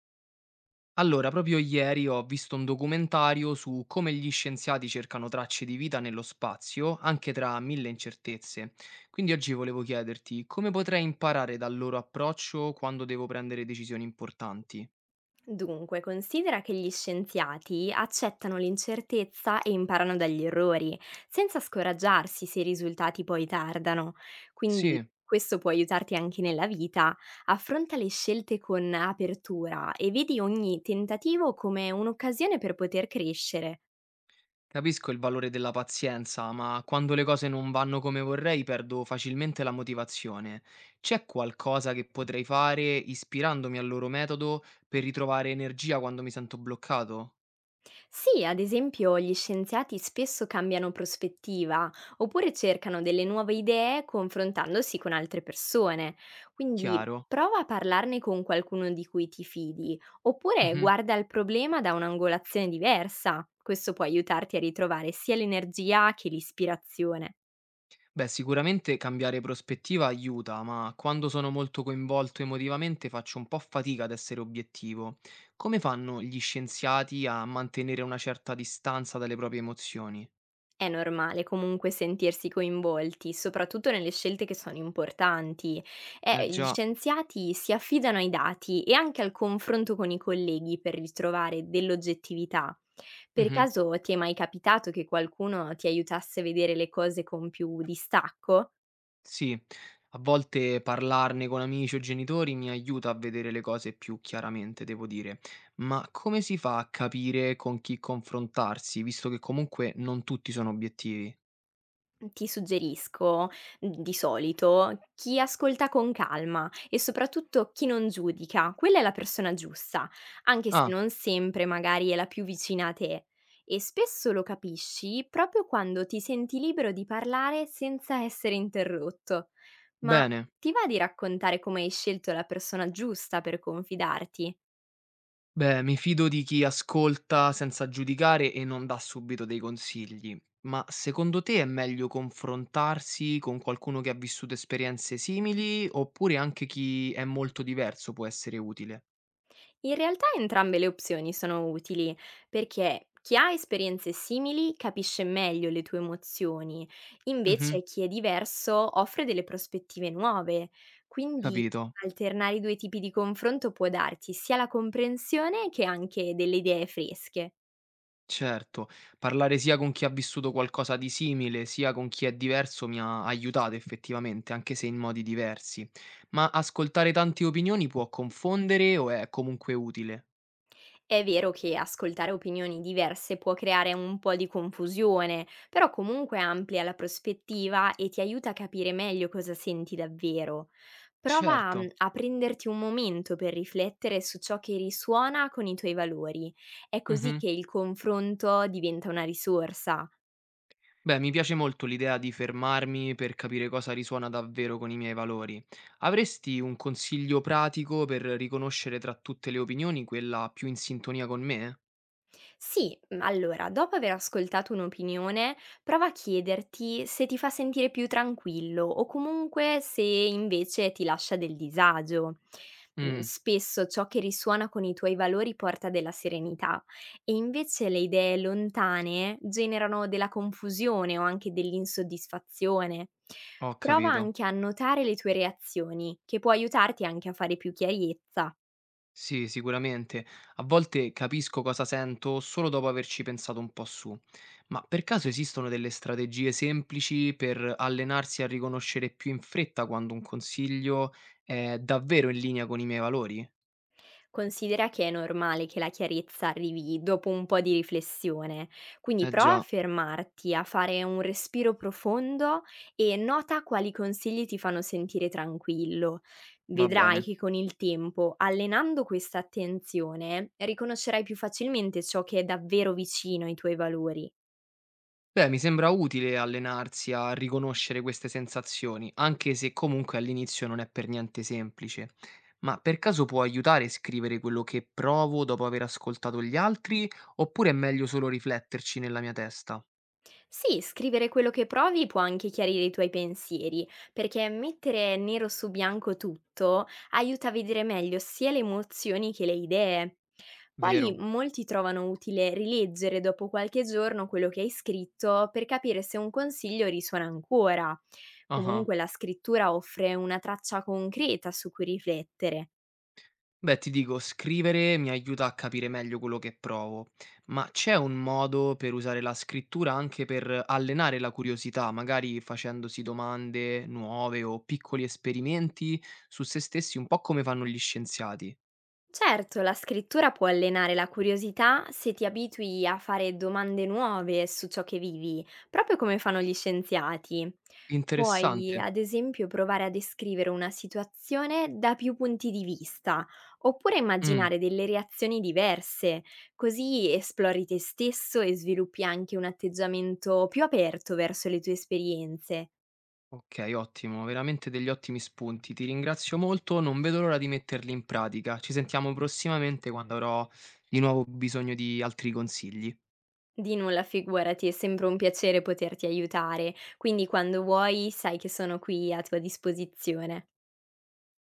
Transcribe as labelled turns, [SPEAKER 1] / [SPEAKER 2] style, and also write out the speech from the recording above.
[SPEAKER 1] Allora, proprio ieri ho visto un documentario su come gli scienziati cercano tracce di vita nello spazio, anche tra 1000 incertezze. Quindi oggi volevo chiederti come potrei imparare dal loro approccio quando devo prendere decisioni importanti.
[SPEAKER 2] Dunque, considera che gli scienziati accettano l'incertezza e imparano dagli errori, senza scoraggiarsi se i risultati poi tardano. Quindi
[SPEAKER 1] Sì,
[SPEAKER 2] questo può aiutarti anche nella vita. Affronta le scelte con apertura e vedi ogni tentativo come un'occasione per poter crescere.
[SPEAKER 1] capisco il valore della pazienza, ma quando le cose non vanno come vorrei perdo facilmente la motivazione. C'è qualcosa che potrei fare ispirandomi al loro metodo per ritrovare energia quando mi sento bloccato?
[SPEAKER 2] Sì, ad esempio, gli scienziati spesso cambiano prospettiva oppure cercano delle nuove idee confrontandosi con altre persone. Quindi
[SPEAKER 1] Chiaro?
[SPEAKER 2] prova a parlarne con qualcuno di cui ti fidi oppure
[SPEAKER 1] Mhm.
[SPEAKER 2] guarda il problema da un'angolazione diversa. Questo può aiutarti a ritrovare sia l'energia che l'ispirazione.
[SPEAKER 1] Beh, sicuramente cambiare prospettiva aiuta, ma quando sono molto coinvolto emotivamente faccio un po' fatica ad essere obiettivo. Come fanno gli scienziati a mantenere una certa distanza dalle proprie emozioni?
[SPEAKER 2] È normale comunque sentirsi coinvolti, soprattutto nelle scelte che sono importanti.
[SPEAKER 1] Eh
[SPEAKER 2] Gli
[SPEAKER 1] già,
[SPEAKER 2] scienziati si affidano ai dati e anche al confronto con i colleghi per ritrovare dell'oggettività. Per
[SPEAKER 1] mhm,
[SPEAKER 2] caso ti è mai capitato che qualcuno ti aiutasse a vedere le cose con più distacco?
[SPEAKER 1] sì, a volte parlarne con amici o genitori mi aiuta a vedere le cose più chiaramente, devo dire. Ma come si fa a capire con chi confrontarsi, visto che comunque non tutti sono obiettivi?
[SPEAKER 2] Ti suggerisco, di solito, chi ascolta con calma e soprattutto chi non giudica, quella è la persona giusta, anche se
[SPEAKER 1] Ah,
[SPEAKER 2] non sempre magari è la più vicina a te. E spesso lo capisci proprio quando ti senti libero di parlare senza essere interrotto. Ma
[SPEAKER 1] bene.
[SPEAKER 2] ti va di raccontare come hai scelto la persona giusta per confidarti?
[SPEAKER 1] Beh, mi fido di chi ascolta senza giudicare e non dà subito dei consigli, ma secondo te è meglio confrontarsi con qualcuno che ha vissuto esperienze simili oppure anche chi è molto diverso può essere utile?
[SPEAKER 2] In realtà entrambe le opzioni sono utili, perché chi ha esperienze simili capisce meglio le tue emozioni,
[SPEAKER 1] Mhm,
[SPEAKER 2] invece chi è diverso offre delle prospettive nuove. Quindi
[SPEAKER 1] capito.
[SPEAKER 2] alternare i due tipi di confronto può darti sia la comprensione che anche delle idee fresche.
[SPEAKER 1] Certo, parlare sia con chi ha vissuto qualcosa di simile, sia con chi è diverso mi ha aiutato effettivamente, anche se in modi diversi. Ma ascoltare tante opinioni può confondere o è comunque utile?
[SPEAKER 2] È vero che ascoltare opinioni diverse può creare un po' di confusione, però comunque amplia la prospettiva e ti aiuta a capire meglio cosa senti davvero. Prova
[SPEAKER 1] Certo.
[SPEAKER 2] a prenderti un momento per riflettere su ciò che risuona con i tuoi valori. È così
[SPEAKER 1] Mhm.
[SPEAKER 2] che il confronto diventa una risorsa.
[SPEAKER 1] Beh, mi piace molto l'idea di fermarmi per capire cosa risuona davvero con i miei valori. Avresti un consiglio pratico per riconoscere tra tutte le opinioni quella più in sintonia con me?
[SPEAKER 2] Sì, allora, dopo aver ascoltato un'opinione, prova a chiederti se ti fa sentire più tranquillo o comunque se invece ti lascia del disagio.
[SPEAKER 1] Mm,
[SPEAKER 2] Spesso ciò che risuona con i tuoi valori porta della serenità e invece le idee lontane generano della confusione o anche dell'insoddisfazione.
[SPEAKER 1] ho
[SPEAKER 2] Prova
[SPEAKER 1] capito.
[SPEAKER 2] anche a notare le tue reazioni, che può aiutarti anche a fare più chiarezza.
[SPEAKER 1] Sì, sicuramente. A volte capisco cosa sento solo dopo averci pensato un po' su. Ma per caso esistono delle strategie semplici per allenarsi a riconoscere più in fretta quando un consiglio è davvero in linea con i miei valori?
[SPEAKER 2] Considera che è normale che la chiarezza arrivi dopo un po' di riflessione, quindi
[SPEAKER 1] Eh
[SPEAKER 2] prova a
[SPEAKER 1] già,
[SPEAKER 2] fermarti, a fare un respiro profondo e nota quali consigli ti fanno sentire tranquillo.
[SPEAKER 1] va
[SPEAKER 2] Vedrai
[SPEAKER 1] bene.
[SPEAKER 2] che con il tempo, allenando questa attenzione, riconoscerai più facilmente ciò che è davvero vicino ai tuoi valori.
[SPEAKER 1] Beh, mi sembra utile allenarsi a riconoscere queste sensazioni, anche se comunque all'inizio non è per niente semplice. Ma per caso può aiutare a scrivere quello che provo dopo aver ascoltato gli altri, oppure è meglio solo rifletterci nella mia testa?
[SPEAKER 2] Sì, scrivere quello che provi può anche chiarire i tuoi pensieri, perché mettere nero su bianco tutto aiuta a vedere meglio sia le emozioni che le idee. Poi
[SPEAKER 1] Vero?
[SPEAKER 2] molti trovano utile rileggere dopo qualche giorno quello che hai scritto per capire se un consiglio risuona ancora.
[SPEAKER 1] Ah.
[SPEAKER 2] Comunque la scrittura offre una traccia concreta su cui riflettere.
[SPEAKER 1] Beh, ti dico, scrivere mi aiuta a capire meglio quello che provo, ma c'è un modo per usare la scrittura anche per allenare la curiosità, magari facendosi domande nuove o piccoli esperimenti su se stessi, un po' come fanno gli scienziati.
[SPEAKER 2] Certo, la scrittura può allenare la curiosità se ti abitui a fare domande nuove su ciò che vivi, proprio come fanno gli scienziati. Puoi,
[SPEAKER 1] Interessante.
[SPEAKER 2] ad esempio, provare a descrivere una situazione da più punti di vista, oppure
[SPEAKER 1] Mm,
[SPEAKER 2] immaginare delle reazioni diverse, così esplori te stesso e sviluppi anche un atteggiamento più aperto verso le tue esperienze.
[SPEAKER 1] ok, ottimo, veramente degli ottimi spunti. Ti ringrazio molto, non vedo l'ora di metterli in pratica. Ci sentiamo prossimamente quando avrò di nuovo bisogno di altri consigli.
[SPEAKER 2] Di nulla, figurati, è sempre un piacere poterti aiutare, quindi quando vuoi sai che sono qui a tua disposizione.